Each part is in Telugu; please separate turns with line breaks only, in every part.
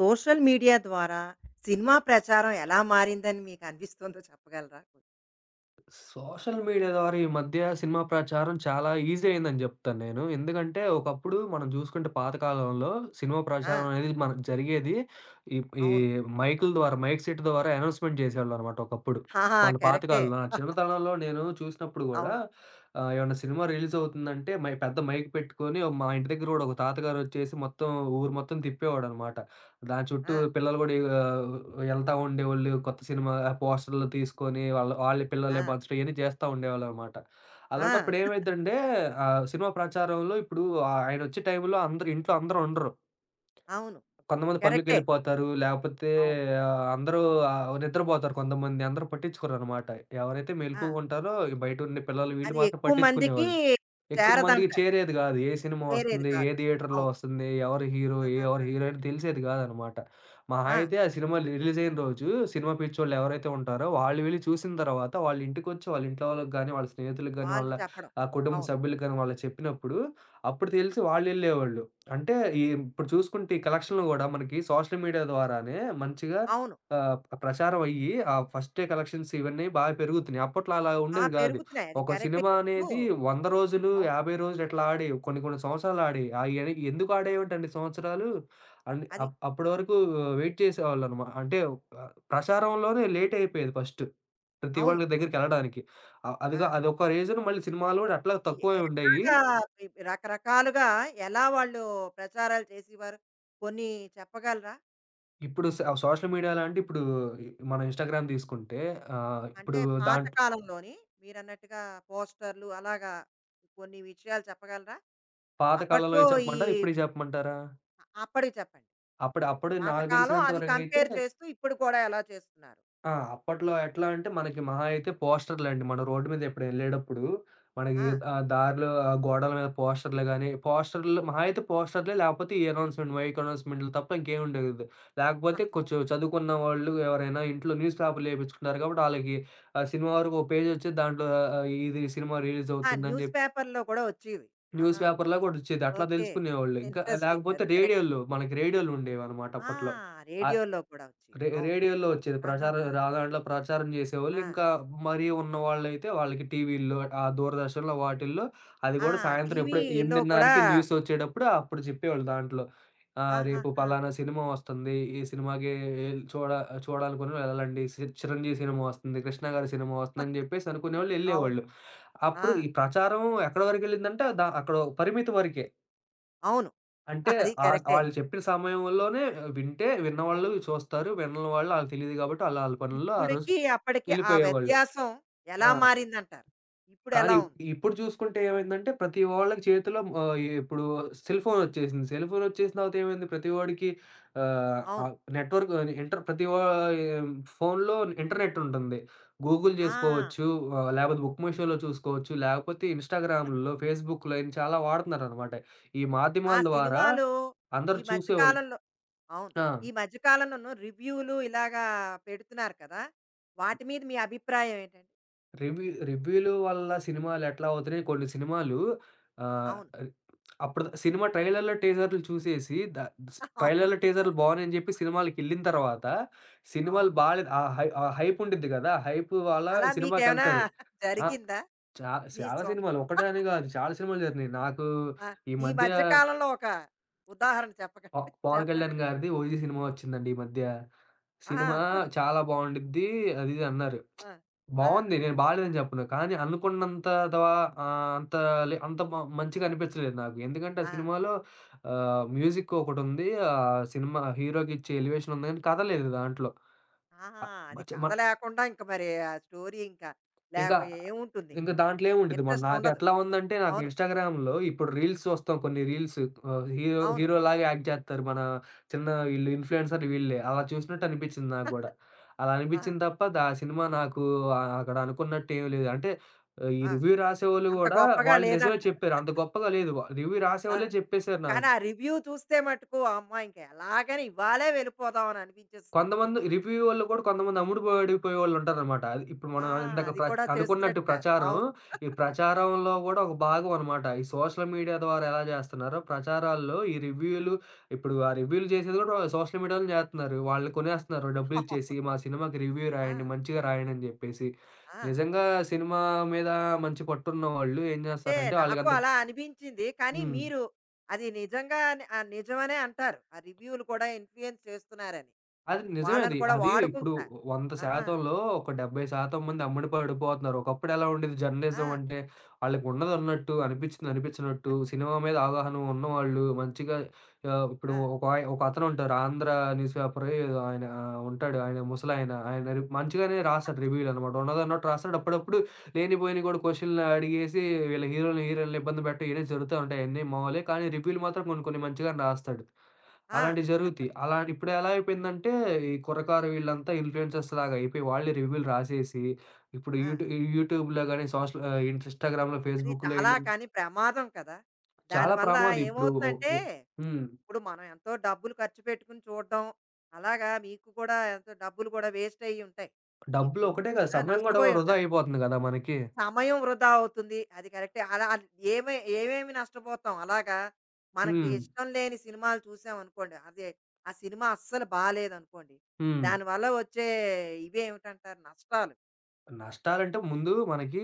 సోషల్ మీడియా ద్వారా సినిమా ప్రచారం ఎలా మారిందని మీకు అనిపిస్తుందో చెప్పగలరా?
సోషల్ మీడియా ద్వారా ఈ మధ్య సినిమా ప్రచారం చాలా ఈజీ అయిందని జెప్తాను నేను. ఎందుకంటే, ఒకప్పుడు మనం జూసుకుంటే పాతకాలంలో సినిమా
ఆ!
ప్రచారం అనేది మన జరిగేది ఈ ఈ
అవును.
మైకుల ద్వారా, మైక్ సెట్ ద్వారా అనౌన్స్‌మెంట్ జేసేవాళ్ళనమాట ఒకప్పుడు.
ఆహా!
మన
కరెక్టే.
పాతకాలంలో నా చిన్నతనంలో నేను చూసినప్పుడు గూడా
అవును.
ఏమన్నా సినిమా రిలీజ్ అవుతుందంటే మై పెద్ద మైక్ పెట్టుకొని ఓ మా ఇంటి దగ్గర గూడా ఒక తాతగారొచ్చేసి మొత్తం ఊరు మొత్తం తిప్పేవాడనమాట. దాని చుట్టూ
ఆ!
పిల్లలు గూడా ఇగ ఎళ్తా ఉండేవోళ్ళు. కొత్త సినిమా పోస్టర్‌లు తీసుకొని వాళ్ళే
ఆ!
పిల్లలే పంచడం ఇయన్నీ చేస్తా ఉండేవాళ్ళనమాట.
ఆ!
అలాంటప్పుడు ఏమైద్దంటే సినిమా ప్రచారంలో ఇప్పుడు ఆయనొచ్చే టైంలో అందరూ ఇంట్లో అందరూ ఉండరు.
అవును.
కొంతమంది
కరెక్టే.
పనులకెళ్ళిపోతారు. లేపోతే
అవును.
ఆహ్, అందరూ నిద్రపోతారు కొంతమంది. అందరూ పట్టించుకోరనమాట. ఎవరైతే
ఆ!
మెలుకువగా ఉంటారో ఈ బయటుండే పిల్లలు వీళ్ళు
అది
మాత్రం
ఎక్కువ మందికి
పట్టించుకునేవాళ్ళు. ఎక్కువ మందికి
చేరదంటారు.
చేరేది గాదు. ఏ సినిమా
చేరేది
వస్తుంది? ఏ
కాదు.
థియేటర్‌లో
అవును.
వస్తుంది? ఎవరు హీరో? ఎవరు
ఆహాహా!
హీరోయిన్? తెలిసేది గాదనమాట. మహా
ఆ!
అయితే ఆ సినిమా రిలీజ్ అయిన రోజు సినిమా పిచ్చోళ్ళు ఎవరైతే ఉంటారో వాళ్ళు వెళ్లి చూసిన తర్వాత వాళ్ళ ఇంటికొచ్చి వాళ్ళ ఇంట్లో వాళ్ళకి గాని, వాళ్ళ స్నేహితులకి గాని,
వాళ్ళు
వాళ్ళ
చెప్పడం.
కుటుంబ
అవును.
సభ్యులకి గాని వాళ్ళకి చెప్పినప్పుడు అప్పుడు తెలిసి వాళ్ళెళ్ళేవాళ్ళు. అంటే ఈ ఇప్పుడు చూసుకుంటే ఈ కలెక్షన్‌లు గూడా మనకి సోషల్ మీడియా ద్వారానే మంచిగా
అవును.
ఆహ్, ప్రచారం అయ్యి ఆ ఫస్ట్ డే కలెక్షన్స్ ఇవన్నీ బాగా పెరుగుతున్నాయి. అప్పట్లో అలా
ఆ!
ఉండేది గాదు.
పెరుగుతున్నాయి. అది
ఒక
కరెక్టే.
సినిమా
ఇప్పుడు
అనేది 100 రోజులు,
అవును.
50 రోజులు ఇట్లా ఆడేవి. కొన్ని కొన్ని సంవత్సరాలు ఆడేవి. అయన్ని ఎందుకు ఆడేవేంటండి సంవత్సరాలు అండ్
అది.
అప్ అప్పటి వరకు వెయిట్ చేసేవాళ్ళనమా అంటే ప్రచారంలోనే లేట్ అయిపోయేది ఫస్ట్. ప్రతి వాళ్ళ
అవును.
దగ్గరికెళ్ళడానికి.
ఆ!
అదిగా అదొక రీజన్ మళ్ళీ సినిమాలు గూడా అట్లా
ఎ
తక్కువే ఉండేయి.
ఎలాగా రకరకాలుగా ఎలా వాళ్ళు ప్రచారాలు చేసేవారు? కొన్ని చెప్పగలరా?
ఇప్పుడు సోషల్ మీడియా లాంటి ఇప్పుడు మనం ఇన్‌స్టాగ్రామ్ తీసుకుంటే ఆహ్, ఇప్పుడు
అంటే పాత
దాంట్
కాలంలోని మీరన్నట్టుగా పోస్టర్‌లు అలాగా కొన్ని విషయాలు చెప్పగలరా?
పాత
అప్పట్లో
కాలంలోయి
ఈ
చెప్పమంటారా? ఇప్పుడియి చెప్పమంటారా?
అప్పటివి చెప్పండి.
అప్పుడు అప్పుడు నాకు
పాతకాలం
తెలిసినంత
అది
వరకైతే
కంపేర్ చేస్తూ ఇప్పుడు కూడా ఎలా చేస్తున్నారు?
ఆ! అప్పట్లో ఎట్లా అంటే మనకి మహా అయితే పోస్టర్‌లండి. మనం రోడ్డు మీద ఎప్పుడు ఎళ్ళేటప్పుడు మనకి
ఆ!
దారిలో ఆ గోడల మీద పోస్టర్‌లు గాని, పోస్టర్‌లు మహా అయితే పోస్టర్‌లే లేకపోతే ఈ అనౌన్స్‌మెంట్, మైక్ అనౌన్స్‌మెంట్‌లు తప్ప ఇంకేమి ఉండేది. లేకపోతే కొంచెం చదువుకున్న వాళ్ళు ఎవరైనా ఇంట్లో న్యూస్ పేపర్‌లు ఏపించుకుంటారు కాబట్టి ఆళ్ళకి ఆ సినిమా వరకు ఒక పేజ్ వచ్చేది. దాంట్లో ఇది సినిమా రిలీజ్
ఆ!
అవుతుందని
న్యూస్
చెప్పి
పేపర్‌లో కూడా వచ్చేవి.
న్యూస్
ఆహా!
పేపర్‌లో కూడా వచ్చేది. అట్లా
ఓకే.
తెలుసుకునేవాళ్ళు. ఇంకా
ఇంట్రెస్టింగ్
లేకపోతే
అది కరెక్టే.
రేడియోలు మనకి రేడియోలుండేవన్నమాట
ఆ!
అప్పట్లో. ఆ
రేడియోలో కూడా వచ్చేవి. అవును.
రేడియోలో వచ్చేది. ప్రచారం
ఆహాహా!
రా దాంట్లో ప్రచారం జేసేవాళ్ళు.
ఆ!
ఇంకా మరీ ఉన్నవాళ్ళైతే వాళ్ళకి టీవీల్లో ఆ దూరదర్శన్‌లో వాటిల్లో అది
ఆ!
గూడా సాయంత్రం ఎప్పుడో
టీవీలో కూడా
8:30కి న్యూసొచ్చేటప్పుడు అప్పుడు చెప్పేవాళ్ళు దాంట్లో. రేపు
ఆహాహా!
పలానా సినిమా వస్తుంది. ఈ సినిమాకి ఎల్ చూడ చూడాలనుకునే వాళ్ళు వెళ్ళండి. 'చిరంజీవి' సినిమా వస్తుంది. 'కృష్ణ' గారి సినిమా వస్తుందని జెప్పేసి అనుకునేవాళ్ళు,
అవును.
యెళ్ళేవాళ్ళు.
ఆ!
అప్పుడు ఈ ప్రచారం ఎక్కడి వరకెళ్ళిందంటే అక్కడ ఒక పరిమితి వరకే.
అవును.
అంటే
అది కరెక్టే.
వాళ్ళు చెప్పిన సమయంలోనే వింటే విన్నవాళ్ళు చూస్తారు. వినని వాళ్ళు ఆళ్ళకి తెలీదు కాబట్టి ఆళ్ళు ఆళ్ళ పనుల్లో ఆ రోజు
ఇప్పుడికి, అప్పడికి ఆ
ఎళ్ళిపోయేవాళ్ళు.
వ్యత్యాసం
ఆ!
ఎలా మారిందంటారు?
కానీ
ఇప్పుడెలా ఉంది?
ఇప్పుడు చూసుకుంటే ఏమైందంటే ప్రతి వాళ్ళకి చేతిలో ఆహ్, ఇప్పుడు సెల్ ఫోన్ వచ్చేసింది. సెల్ ఫోన్ వచ్చేసిన తర్వాత ఏమైంది ప్రతి వాడికి ఆహ్,
అవును.
ఆహ్, నెట్‌వర్క్ ఇంటర్ ప్రతి వా ఫోన్‌లో ఇంటర్నెట్ ఉంటుంది. గూగుల్
ఆ!
చేసుకోవచ్చు. లేకపోతే బుక్ మై షోలో చూసుకోవచ్చు. లేకపోతే ఇన్‌స్టాగ్రామ్‌లో, ఫేస్‌బుక్‌లో ఇన్ని చాలా వాడుతున్నారనమాట. ఈ
ఆ
మాధ్యమాల ద్వారా
సినిమాలు
అందరూ
ఈ మధ్య
చూసేవాళ్ళు.
కాలంలో అవును.
ఆ!
ఈ మధ్య కాలంలోను రివ్యూలు ఇలాగా పెడుతున్నారు కదా! వాటి మీద మీ అభిప్రాయం ఏంటండి?
రివ్యూలు వల్ల సినిమాలెట్లా అవుతున్నాయి, కొన్ని సినిమాలు ఆహ్,
అవును.
రి అప్పుడు సినిమా ట్రైలర్‌లు, టీజర్‌లు చూసేసి ద స్ ట్రైలర్‌లు,
అవును.
టీజర్‌లు
కరెక్ట్.
బావున్నాయని చెప్పి సినిమాలకెళ్ళిన తర్వాత, సినిమాలు
అవును.
బాలేదు ఆ హైప్ ఉండిద్ది గదా! హైప్ వల్ల
అలా మీకేమైనా
సినిమాకెళ్తారు. ఆ!
జరిగిందా?
చా
మీ
చాలా
సొం
సినిమాలు ఒకటని గాదు చాలా సినిమాలు జరిగినాయి. నాకు
ఆ!
ఈ
ఈ
మధ్య
మధ్య కాలంలో ఒక ఉదాహరణ
ప
చెప్పకండి.
'పవన్
చెప్పండి.
కళ్యాణ్' గారిది 'ఓజీ' సినిమా వచ్చిందండి ఈ మధ్య.
ఆ!
సినిమా చాలా బావుండిద్ది అది ఇది అన్నారు.
ఆ! ఆ!
బావుంది. నేను బాలేదని చెప్పను. కానీ అనుకున్నంత దవ ఆహ్, అంత లే అంత మ మంచిగా అనిపించలేదు నాకు. ఎందుకంటే ఆ
ఆ!
సినిమాలో మ్యూజిక్ ఒకటుంది. ఆ సినిమా హీరోకిచ్చే ఎలివేషన్ ఉంది కానీ కథ లేదు దాంట్లో.
ఆ!
అ
అది
మచ్ మ
కథ లేకుండా ఇంక మరి ఆ స్టోరీ ఇంకా
ఇంకా,
లేవ ఏముంటుంది ఇంక
ఇంకా
మనకి?
దాంట్లో ఏముండిద్ది మరి
ఇంట్రెస్ట్ ఉండదు.
నాకెట్లా ఉందంటే నాకు
అవును.
ఇన్‌స్టాగ్రామ్‌లో ఇప్పుడు రీల్స్ చూస్తాం కొన్ని రీల్స్ హీరో
అవును.
హీరోలాగా యాక్ట్ చేస్తారు. మన చిన్న వీళ్ళు ఇన్‌ఫ్లుయెన్సర్ వీళ్ళే. అలా చూసినట్టు అనిపించింది నాకు గూడా. అలా
ఆ!
అనిపించింది తప్ప సినిమా నాకు అక్కడ అనుకున్నట్టు ఏమి లేదు. అంటే ఈ
ఆ!
రివ్యూ రాసేవాళ్ళు
అంత
గూడా
గొప్పగా
వాళ్ళు నిజమే
లేదంటారు.
చెప్పారు. అంత గొప్పగా లేదు. రివ్యూ
ఆ!
రాసేవాళ్ళే చెప్పేసారు నాకు.
కానీ ఆ రివ్యూ చూస్తే మటుకు అమ్మా! ఇంక ఎలాగైనా ఇవాళే వెళ్ళిపోదాం అని అనిపించేస్తుంది.
కొంతమంది రివ్యూవోళ్ళు కూడా కొంతమంది అమ్ముడు బడి పోయేవాళ్ళుంటారనమాట. అది ఇప్పుడు మనం
ఆ!
ఇందాక
అది కూడా
అనుకున్నట్టు
చేస్తున్నట్టున్నారు.
ప్రచారం,
అవును.
ఈ ప్రచారంలో గూడా ఒక భాగం అనమాట. ఈ సోషల్ మీడియా ద్వారా ఎలా జేస్తున్నారో, ప్రచారాల్లో ఈ రివ్యూలు ఇప్పుడు ఆ రివ్యూలు జేసేది గూడా సోషల్ మీడియాలోనే జేత్తన్నారు. వాళ్ళు కొనేస్తున్నారు
అవును.
డబ్బులిచ్చేసి, మా సినిమాకి రివ్యూ
ఆ!
రాయండి, మంచిగా రాయండి అని జెప్పేసి.
ఆ!
నిజంగా సినిమా మీద మంచి పట్టున్నవాళ్ళు ఏం
అంటే
జేస్తారంటే
నాకు
ఆళ్ళకంత
అలా అనిపించింది. కానీ
హ్మ్.
మీరు అది నిజంగా నిజమనే అంటారు. ఆ రివ్యూలు కూడా ఇన్‌ఫ్లూయెన్స్ చేస్తున్నారని.
అది నిజమే
వాళ్ళని
అది.
కూడా
అది ఇప్పుడు
వాడుకుంటున్నారు. ఆహా!
100%లో ఒక 70% మంది అమ్మడి పడిపోతున్నారు. ఒకప్పుడు ఎలా ఉండేది
ఆ!
జర్నలిజం అంటే ఆళ్ళకున్నదన్నట్టు, అనిపించింది అనిపించినట్టు, సినిమా మీద అవగాహన ఉన్నవాళ్ళు మంచిగా ఇప్పుడు
ఆ!
ఒక ఒకతనుంటారు 'ఆంధ్ర న్యూస్ పేపర్' ఏదో ఆయన ఉంటాడు. ఆయన ముసలాయన. ఆయన మంచిగానే రాస్తాడు రివ్యూలనమాట. ఉన్నదన్నట్టు రాస్తాడు. అప్పుడప్పుడు లేనిపోయినయి కూడా క్వెషన్‌లు అడిగేసి వీళ్ళ హీరోలని, హీరోయిన్లని ఇబ్బంది పెట్టడం ఇయన్నీ జరుగుతా ఉంటాయి. అయన్నీ మామూలే. కానీ రివ్యూలు మాత్రం కొన్ని కొన్ని మంచిగానే రాస్తాడు.
ఆ!
అలాంటివి జరుగుతాయి. అలా ఇప్పుడు ఎలా అయిపోయిందంటే, ఈ కుర్రకారు వీళ్ళంతా ఇన్‌ఫ్లూయెన్సర్స్ లాగా అయిపోయి, వాళ్ళే రివ్యూలు రాసేసి, ఇప్పుడు
ఆ!
యూట్యూబ్‌లో గాని, ఇన్‌స్టాగ్రామ్‌లో,
అది
ఫేస్‌బుక్‌లో
చాలా
ఏంటంటే
కానీ ప్రమాదం కదా!
చాలా
దానివల్ల
ప్రమాదం ఇప్పుడు ఒ
ఏమవుతుందంటే,
ఒ హ్మ్.
ఇప్పుడు మనం ఎంతో డబ్బులు ఖర్చు పెట్టుకుని చూడడం, అలాగా మీకు కూడా ఎంతో డబ్బులు కూడా వేస్ట్ అయ్యి ఉంటాయి
డబ్బులు
మీకు.
ఒకటే కాదు,
ఆ!
సమయం కూడా వృధా
నష్టపోయుంటారు.
అయిపోతుంది కదా మనకి.
సమయం వృధా అవుతుంది. అది కరెక్టే. అలా అన్ ఏమేమి నష్టపోతాం అలాగా మనకి
హ్మ్.
ఇష్టం లేని సినిమాలు చూసామనుకోండి. అదే ఆ సినిమా అస్సలు బాలేదనుకోండి.
హ్మ్.
దానివల్ల వచ్చే ఇవేమిటంటారు నష్టాలు.
నష్టాలంటే ముందు మనకి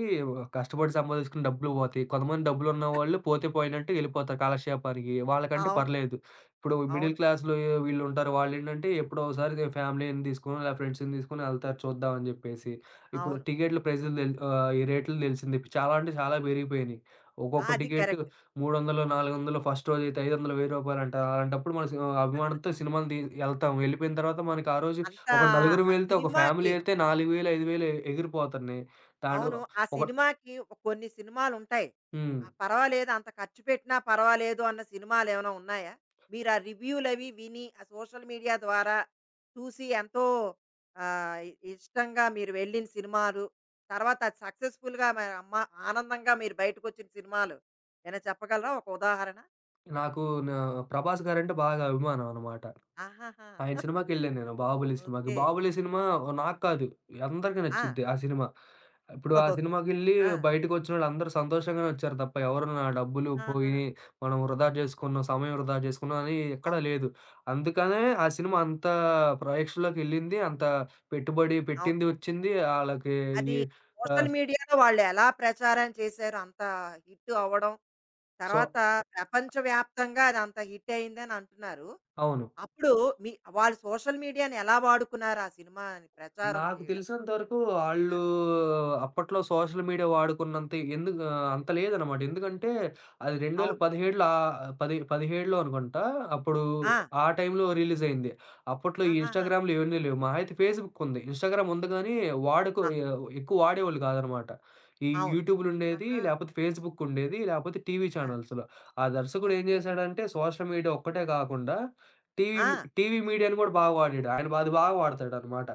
కష్టపడి సంపాదించుకున్న డబ్బులు పోతాయి. కొంతమంది డబ్బులున్నవాళ్ళు పోతే పోయినట్టు ఎళ్ళిపోతారు కాలక్షేపానికి. వాళ్ళకంటే
అవును.
పర్లేదు. ఇప్పుడు మిడిల్
అవును.
క్లాస్‌లో వీళ్ళుంటారు. వాళ్ళేంటంటే ఎప్పుడో ఒకసారి ఫ్యామిలీని తీసుకొని లేదా ఫ్రెండ్స్‌ని తీసుకొని ఎళ్తారు చూద్దాం అని జెప్పేసి. ఇప్పుడు
అవును.
టికెట్‌ల ప్రైస్‌లు తెల్ ఆహ్, ఈ రేట్లు తెలిసింది. ఇప్పుడు చాలా అంటే చాలా పెరిగిపోయినియి.
ఆ!
ఒక్కొక్క
అది
టికెట్
కరెక్ట్.
300, 400 ఫస్ట్ రోజైతే రూ. 500, రూ. 1000 అలాంటప్పుడు మన అభిమానంతో సినిమాలు ఎళ్తాం. ఎళ్ళిపోయిన తర్వాత మనకి ఆ రోజు
అంతా
ఒక నలుగురం
ఆ
వెళ్తే, ఒక ఫ్యామిలీ
సినిమాకి
ఎళ్తే 4000, 5000 ఎగిరిపోతున్నాయి. దాంట్లో
అవును. ఆ
ఒక
సినిమాకి కొన్ని సినిమాలుంటాయి.
హ్మ్.
ఆ! పర్వాలేదు అంత ఖర్చు పెట్టినా పర్వాలేదు అన్న సినిమాలేమైనా ఉన్నాయా? మీరు ఆ రివ్యూలవి విని, ఆ సోషల్ మీడియా ద్వారా చూసి ఎంతో ఇష్టంగా మీరు వెళ్ళిన సినిమాలు, తర్వాత అది సక్సెస్‌ఫుల్‌గా మరి అమ్మ ఆనందంగా మీరు బయటకొచ్చిన సినిమాలు ఏమైనా చెప్పగలరా ఒక ఉదాహరణ?
నాకు నా 'ప్రభాస్' గారంటే బాగా అభిమానం అనమాట.
ఆహాహా!
ఆయన సినిమాకెళ్ళాను నేను 'బాహుబలి' సినిమాకి.
ఓకే.
'బాహుబలి' సినిమా నాకు కాదు, అందరికీ
ఆ!
నచ్చిద్ది ఆ సినిమా. ఇప్పుడు ఆ
ఓకే.
సినిమాకెళ్ళి
ఆ!
బయటకొచ్చినోళ్ళు అందరూ సంతోషంగానే వచ్చారు తప్ప, ఎవరు నా డబ్బులు
ఆహా!
పోయినియి, మనం వృధా చేసుకున్నాం, సమయం వృధా చేసుకున్నాం అని ఎక్కడా
అవును.
లేదు. అందుకనే ఆ సినిమా అంత ప్రేక్షకుల్లోకెళ్ళింది, అంత పెట్టుబడి
అవును.
పెట్టింది వచ్చింది. ఆళ్ళకి
అది
ఈ
సోషల్
ఆహ్,
మీడియాలో వాళ్ళెలా ప్రచారం చేశారు అంత హిట్ అవ్వడం.
సో
తర్వాత ప్రపంచవ్యాప్తంగా అదంత హిట్ అయిందని అంటున్నారు.
అవును.
అప్పుడు మీ వాళ్ళు సోషల్ మీడియాని ఎలా వాడుకున్నారు ఆ సినిమాని ప్రచారం
నాకు
చేయడం?
తెలిసినంత వరకు
ఆ!
ఆళ్ళు అప్పట్లో సోషల్ మీడియా వాడుకున్నంత ఎందుకు అంత లేదనమాట. ఎందుకంటే అది
అవును.
2017లో ఆహ్, పది 17లో అనుకుంటా. అప్పుడు
ఆ!
ఆ టైంలో రిలీజ్ అయింది. అప్పట్లో ఈ
ఆహాహా!
ఇన్‌స్టాగ్రామ్‌లు ఇవన్నీ లేవు. మహా అయితే ఫేస్‌బుక్ ఉంది. ఇన్‌స్టాగ్రామ్ ఉంది గానీ వాడుకో
ఆహ్!
ఎక్కువ వాడేవాళ్ళు కాదనమాట. ఈ
అవును.
యూట్యూబ్‌లుండేది,
ఆహా!
లేపోతే ఫేస్‌బుక్ ఉండేది, లేపోతే టీవీ
ఆ!
ఛానల్స్‌లో. ఆ దర్శకుడు ఏం
ఓకే.
చేశాడంటే సోషల్ మీడియా ఒక్కటే కాకుండా టీవీ
ఆ!
టీవీ మీడియాను గూడా బాగా వాడాడు. ఆయన బా అది బాగా వాడతాడనమాట.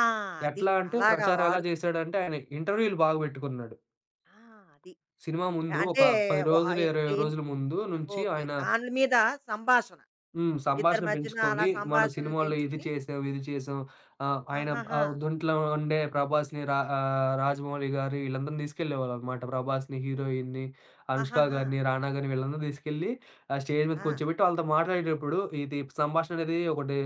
ఆ! అది.
ఎట్లా అంటే
అలాగా
ప్రచారం ఎలా
వాడుకున్నారు.
జేశాడంటే, ఆయన ఇంటర్వ్యూలు బాగా బెట్టుకున్నాడు.
ఆ! అది.
సినిమా ముందు ఒక
అంటే
10
వ ఆహ్,
రోజులు, 20
ఇన్
రోజుల ముందు నుంచి
ఓకే.
ఆయన
దాని మీద సంభాషణ. ఇద్దరి
సంభాషణ
మధ్యన అలా
పెంచుకొని, మన
సంభాషణలు
సినిమాలో ఇది
పెంచుకొని
చేసాం, ఇది చేసాం. ఆహ్, ఆయన
ఆహాహా!
దీంట్లో ఉండే రాజమౌళి గారు వీళ్ళందరిని తీసుకెళ్ళేవాళ్ళనమాట. ప్రభాస్‌ని, హీరోయిన్‌ని, అనుష్క
ఆహాహా!
గారిని, రానా గారిని వీళ్ళందరిని తీసుకెళ్ళి స్టేజ్ మీద
ఆ!
కూర్చోబెట్టి వాళ్ళతో మాట్లాడేటప్పుడు, ఇది సంభాషణ అనేది ఒకటి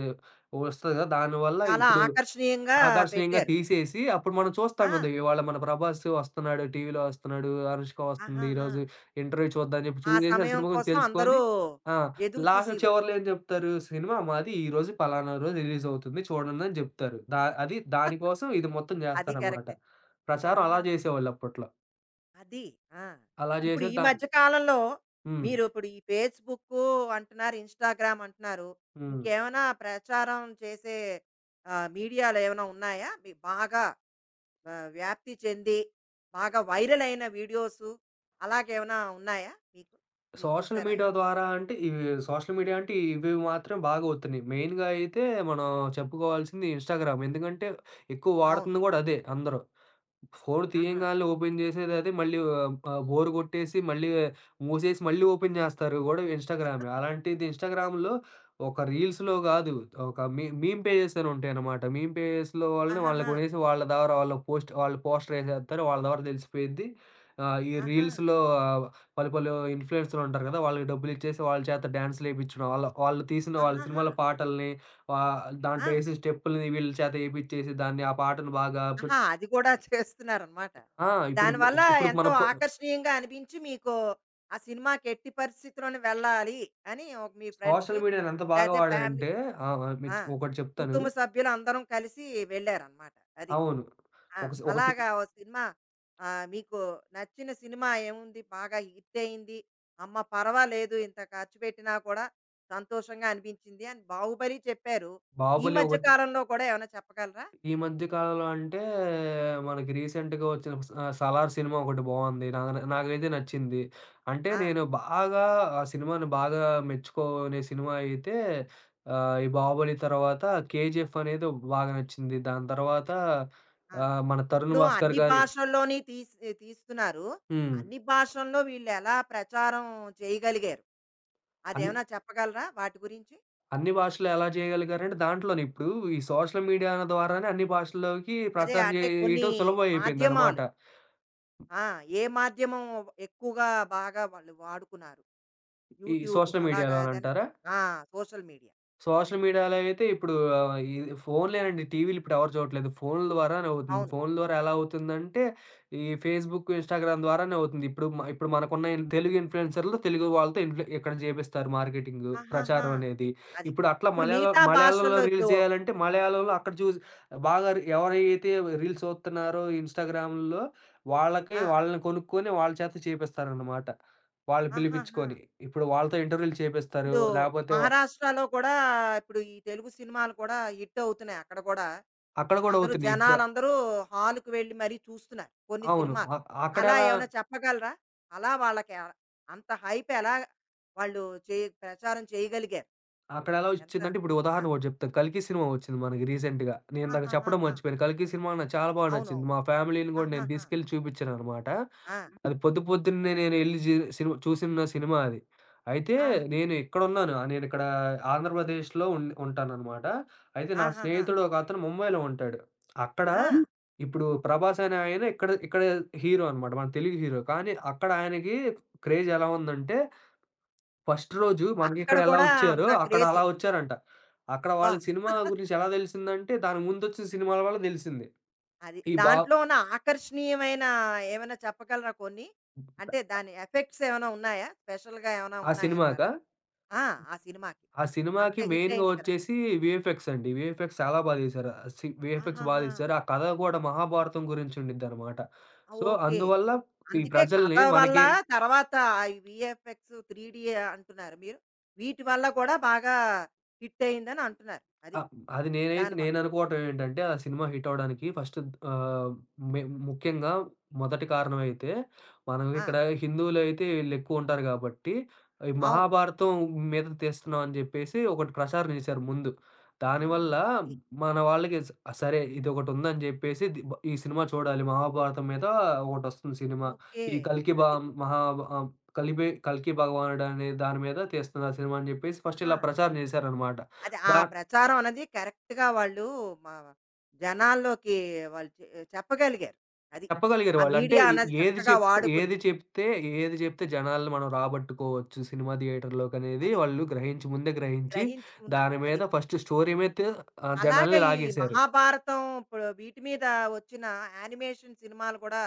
వస్తది గదా! దానివల్ల
చాలా
ఇప్పుడు
ఆకర్షణీయంగా
ఆకర్షణీయంగా
పెట్టారు వాళ్ళు.
తీసేసి, అప్పుడు మనం చూస్తాం
ఆ!
కదా! ఇవాళ మన 'ప్రభాస్' వస్తున్నాడు, టీవీలో వస్తున్నాడు, 'అనుష్క' వస్తుంది,
ఆహాహా!
ఈరోజు ఇంటర్వ్యూ చూద్దాం అని చెప్పి
ఆ
చూసేసి ఆ
సమయం
సినిమా గురించి
కోసం
తెలుసుకొని
అందరూ
ఆ!
ఎదురు చూసేవారు.
చివర్లో ఏం చెప్తారు? సినిమా మాది ఈ రోజు పలానా రోజు రిలీజ్ అవుతుంది చూడండి అని చెప్తారు. అది దానికోసం ఇది మొత్తం
అది
చేస్తారనమాట.
కరెక్టే.
ప్రచారం అలా
ఆహాహా!
చేసేవాళ్ళు అప్పట్లో.
అది. ఆ!
అలా
ఇప్పుడు
చేసే
ఈ
దా
మధ్య కాలంలో
హ్మ్.
మీరు ఇప్పుడు ఈ ఫేస్‌బుక్కు అంటున్నారు, ఇన్‌స్టాగ్రామ్ అంటున్నారు.
హ్మ్.
ఇంకేమైనా ప్రచారం చేసే మీడియాలు ఏమైనా ఉన్నాయా? మీ బాగా వ్యాప్తి చెంది బాగా వైరల్ అయిన వీడియోసు అలాగేమైనా ఉన్నాయా మీకు? మీరు
సోషల్
చూసారా?
మీడియా ద్వారా అంటే ఇవి సోషల్ మీడియా అంటే ఇవి మాత్రం బాగా అవుతున్నాయి. మెయిన్‌గా అయితే మనం చెప్పుకోవాల్సింది ఇన్‌స్టాగ్రామ్. ఎందుకంటే ఎక్కువ
అవును.
వాడుతుంది గూడా అదే అందరూ. ఫోను
ఆహా!
తీయంగాల్నే ఓపెన్ చేసేదదే మళ్ళీ ఆహ్, ఆహ్, బోర్ కొట్టేసి మళ్ళీ మూసేసి మళ్ళీ ఓపెన్ చేస్తారు గూడా ఇన్‌స్టాగ్రామే. అలాంటిది ఇన్‌స్టాగ్రామ్‌లో ఒక రీల్స్‌లో గాదు. ఒక మీమ్ పేజెస్ అని ఉంటాయనమాట. మీమ్ పేజెస్‌లో వాళ్ళని వాళ్ళని
ఆహాహా!
కొనేసి వాళ్ళ ద్వారా వాళ్ళు పోస్టరేసేత్తారు. వాళ్ళ ద్వారా తెలిసిపోయిద్ది. ఈ
ఆహా!
రీల్స్‌లో ఆహ్, పలు పలు ఇన్‌ఫ్లుయెన్సర్‌లు ఉంటారు గదా! వాళ్ళకి డబ్బులిచ్చేసి వాళ్ళ చేత డాన్స్‌లేపించడం. వాళ్ళు తీసిన వాళ్ళ
ఆహాహా!
సినిమాల పాటల్ని ఆహ్, దాంట్లో
ఆ!
ఏసే స్టెప్పుల్ని వీళ్ళ చేత ఏపిచ్చేసి దాన్ని ఆ పాటను బాగా
ఆహా! అది కూడా చేస్తున్నారనమాట.
ఆ! ఇప్పుడు మ
దానివల్ల
ఇప్పుడు మన
ఎంతో
పొ
ఆకర్షణీయంగా అనిపించి మీకు ఆ సినిమాకి ఎట్టి పరిస్థితిలోనే వెళ్ళాలి అని ఒక మీ ఫ్రెండ్స్
సోషల్ మీడియాని ఎంత బాగా
లేతే ఫ్యామిలీ
వాడారంటే ఆ!
ఆ!
మీకు ఒకటి చెప్తాను.
కుటుంబ సభ్యులందరం కలిసి వెళ్లారనమాట. అది.
అవును.
ఆ!
ఒక సి ఒక సి
అలాగా ఓ సినిమా మీకు నచ్చిన సినిమా ఏముంది? బాగా హిట్ అయింది. అమ్మ! పర్వాలేదు ఇంత ఖర్చు పెట్టినా కూడా సంతోషంగా అనిపించింది అని 'బాహుబలి' చెప్పారు. ఈ
'బాహుబలి'
మధ్య
ఒకటి.
కాలంలో కూడా ఏమైనా చెప్పగలరా?
ఈ మధ్య కాలంలో అంటే మనకి రీసెంట్‌గా వచ్చిన 'సలార్' సినిమా ఒకటి బావుంది. నాకైతే నచ్చింది. అంటే
ఆ!
నేను బాగా ఆ సినిమాని బాగా మెచ్చుకోనే సినిమా అయితే ఈ 'బాహుబలి' తర్వాత 'కేజీఎఫ్' అనేది బాగా నచ్చింది. దాని తర్వాత
అంటే ఆ!
మన 'తరుణ్
ఇప్పుడు
భాస్కర్'
అన్ని
గారి
భాషల్లోని తీస్తున్నారు.
హ్మ్.
అన్ని భాషల్లో వీళ్ళెలా ప్రచారం చేయగలిగారు?
అన్ని
అదేమైనా చెప్పగలరా వాటి గురించి?
అన్ని భాషల్లో ఎలా చేయగలిగారంటే దాంట్లోనే ఇప్పుడు ఈ సోషల్ మీడియా ద్వారానే అన్ని భాషల్లోకి
అదే
ప్రచారం
అంటే కొన్ని
చేయటం సులభం అయిపోయిందనమాట.
మాధ్యమాలు. ఆ! ఏ మాధ్యమం ఎక్కువగా బాగా వాళ్ళు వాడుకున్నారు?
ఈ
యూట్యూబ్
సోషల్
అలాగా ఏదైనా
మీడియాలోనంటారా?
ఆ! Social media.
సోషల్ మీడియాలో అయితే ఇప్పుడు ఇది ఫోన్‌లేనండి. టీవీలు ఇప్పుడు ఎవరు చూడట్లేదు. ఫోన్‌ల ద్వారానే అవుతుంది.
అవును.
ఫోన్‌ల ద్వారా ఎలా అవుతుందంటే, ఈ ఫేస్‌బుక్, ఇన్‌స్టాగ్రామ్ ద్వారానే అవుతుంది. ఇప్పుడు మనకున్న తెలుగు ఇన్‌ఫ్లూయెన్సర్‌లు తెలుగు వాళ్ళతో ఇక్కడ చేపిస్తారు మార్కెటింగు,
ఆహాహా!
ప్రచారం అనేది.
అది.
ఇప్పుడు అట్లా
ఇప్పుడు
మలయాళం
మిగతా
మలయాళంలో
భాషల్లో ఇప్పుడు
రీల్స్ చేయాలంటే, మలయాళంలో అక్కడ చూసి బాగా రి ఎవరైతే రీల్స్ చూస్తున్నారో ఇన్‌స్టాగ్రామ్‌లో
ఆ!
వాళ్ళని కొనుక్కొని వాళ్ళ చేత చేపిస్తారనమాట. వాళ్ళు
ఆహాహా!
పిలిపించుకొని. ఇప్పుడు వాళ్ళతో ఇంటర్వ్యూలు చేపిస్తారు.
ఇప్పుడు
లేపోతే
మహారాష్ట్రలో కూడా ఇప్పుడు ఈ తెలుగు సినిమాలు కూడా హిట్ అవుతున్నాయి అక్కడ కూడా.
అక్కడ గూడా
అందరూ
అవుతున్నాయి.
జనాలందరూ హాల్‌కి వెళ్లి మరీ చూస్తున్నారు కొన్ని
అవును.
సినిమాలు.
అ
అలా
అక్కడెలా
ఏమైనా చెప్పగలరా? అలా వాళ్ళకి అంత హైప్ ఎలా వాళ్ళు చే ప్రచారం చేయగలిగారు?
అక్కడెలా
ఎంత
ఒచ్చిందంటే ఇప్పుడు
ఆ!
ఉదాహరణ ఒకటి చెప్తా. 'కల్కి' సినిమా ఒచ్చింది మనకి రీసెంట్‌గా. నేనిందాక చెప్పడం
ఆహాహాహా!
మర్చిపోయాను. 'కల్కి' సినిమా నాకు చాలా బాగా నచ్చింది.
అవునవును.
మా ఫ్యామిలీ‌ని గూడా నేను
ఆహాహా!
తీసుకెళ్ళి చూపించాననమాట.
ఆ!
అది పొద్దున్నే నేనెళ్లి జి సిని చూసిన సినిమా అది. అయితే
ఆ!
నేను ఇక్కడున్నాను. నేనిక్కడ ఆంధ్రప్రదేశ్‌లో ఉంటాననమాట. అయితే నా
ఆహాహా!
స్నేహితుడు ఒకతను ముంబైలో ఉంటాడు. అక్కడ
ఆ!
హ్మ్. ఇప్పుడు 'ప్రభాస్' అనే ఆయన ఇక్కడ ఇక్కడ హీరో అనమాట. మన తెలుగు హీరో. కానీ అక్కడ ఆయనకి క్రేజ్ ఎలా ఉందంటే ఫస్ట్ రోజు
అక్కడ
మనకిక్కడ ఎలా
కూడా
ఒచ్చారో,
అంత
అక్కడ
క్రేజు.
అలా ఒచ్చారంట. అక్కడ
అబ్బా!
వాళ్ళకి సినిమా గురించి ఎలా దెలిసిందంటే, దాని ముందొచ్చిన సినిమాల వల్ల దెలిసింది.
అది
ఈ బా
దాంట్లో ఉన్న ఆకర్షణీయమైన ఏమైనా చెప్పగలరా కొన్ని? అంటే దాని ఎఫెక్ట్స్ ఏమైనా ఉన్నాయా? స్పెషల్‌గా ఏమైనా
ఆ సినిమాకా?
ఉన్నాయంటారా? ఆ! ఆ సినిమాకి.
ఆ
అంత
సినిమాకి
హిట్
మెయిన్‌గా
అయింది కదా!
ఒచ్చేసి వీఎఫ్ఎక్స్ అండి. వీఎఫ్ఎక్స్ చాలా బా తీశారు. ఆ సి వీఎఫ్ఎక్స్ బా
ఆహాహా!
తీశారు. ఆ కథ గూడా మహాభారతం గురించి ఉండిద్దనమాట.
ఆ!
So,
okay.
అందువల్ల ఈ
అందుకే కథ
ప్రజల్ని
వల్ల
మనకి
తర్వాత ఈ వీఎఫ్ఎక్స్, 3డీ అంటున్నారు మీరు. వీటి వల్ల కూడా బాగా హిట్ అయిందని అంటున్నారు. అది
ఆ! అది నేనైతే
దానివల్ల.
నేననుకోవటం ఏంటంటే, ఆ సినిమా హిట్ అవ్వడానికి ఫస్ట్ ఆహ్, మె ముఖ్యంగా మొదటి కారణమైతే, మనం
ఆ!
ఇక్కడ హిందువులైతే ఈళ్ళెక్కువుంటారు గాబట్టి, ఈ
అవును.
మహాభారతం మీదకి తీస్తున్నాం అని జెప్పేసి ఒకటి ప్రచారం జేశారు ముందు.
ఆ!
దానివల్ల
అది.
మన వాళ్ళకి సరే ఇదొకటుందని జెప్పేసి ది బ ఈ సినిమా చూడాలి. మహాభారతం మీద ఒకటొస్తుంది సినిమా.
ఓకే.
ఈ 'కల్కి బా
అది.
మహా ఆహ్, కలిపి 'కల్కి భగవానుడు' అనే దాని మీద తీస్తున్నారు సినిమా అని జెప్పేసి ఫస్ట్
ఆహా!
ఇలా ప్రచారం జేశారనమాట.
అది ఆ
దా
ప్రచారం అనేది కరెక్ట్‌గా వాళ్ళు మా జనాల్లోకి వాళ్ళు చె చెప్పగలిగారు. అది.
చెప్పగలిగారు
ఆ
వాళ్ళు. అంటే
మీడియా
ఎ
అన్నది
ఏది
చక్కగా
చెప్తే
వాడుకుని,
ఏది చెప్తే ఏది చెప్తే జనాల్ని మనం రాబట్టుకోవచ్చు సినిమా థియేటర్‌లోకనేది
అది
వాళ్ళు గ్రహించి ముందే గ్రహించి,
గ్రహించుకున్నారు.
దాని మీద
అది.
ఫస్ట్ స్టోరీ మీద
అలాగా
జనాల్ని
ఈ
లాగేశారు.
మహాభారతం ఇప్పుడు వీటి మీద వచ్చిన యానిమేషన్ సినిమాలు కూడా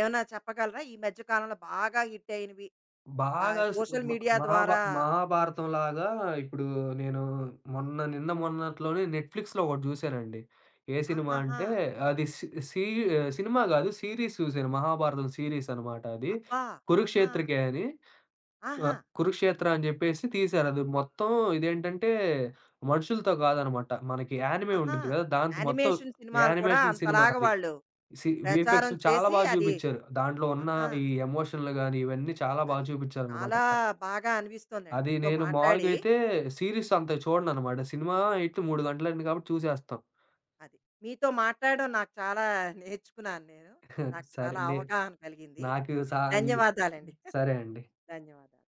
ఏమైనా చెప్పగలరా? ఈ మధ్య కాలంలో బాగా హిట్ అయినవి. ఆ
బాగా స్
సోషల్
మ
మీడియా
మహాభా
ద్వారా
మహాభారతం లాగా ఇప్పుడు నేను మొన్నట్లోనే నెట్‌ఫ్లిక్స్‌లో ఒకటి జూసానండి. ఏ సినిమా
ఆహాహా!
అంటే అది సి సి సినిమా గాదు. సీరీస్ చూసాను. మహాభారతం సీరీస్ అనమాట అది.
అబ్బా! ఆహా!
కురుక్షేత్రకే అని. ఆ!
ఆహా!
'కురుక్షేత్ర' అని జెప్పేసి తీశారు. అది మొత్తం ఇదేంటంటే మనుషులతో గాదనమాట. మనకి యానిమే
ఆహా!
ఉండిద్ది గదా! దాంతో మొత్తం
యానిమేషన్ సినిమాలు కూడా
యానిమేషన్ సినిమా
అంతలాగా
అది.
వాళ్ళు
వీఎఫ్ఎక్స్
ప్రచారం
చాలా
చేసి
బా
అది
జూపిచ్చారు. దాంట్లో ఉన్న
ఆహా!
ఈ ఎమోషన్‌లు గాని, ఇవన్నీ చాలా బా
అదే.
చూపిచ్చారనమాట.
చాలా బాగా అనిపిస్తోందండి
అది
మీతో
నేను మామూలుగా
మాట్లాడి.
అయితే సీరీస్ అంత చూడననమాట. సినిమా అయితే 3 గంటలండి కాబట్టి చూసేస్తాం.
అది. మీతో మాట్లాడడం నాకు చాలా నేర్చుకున్నాను నేను. నాకు
సరే
చాలా
నే
అవగాహన కలిగింది.
నాకు
ధన్యవాదాలండి.
సరే అండి.
ధన్యవాదాలు.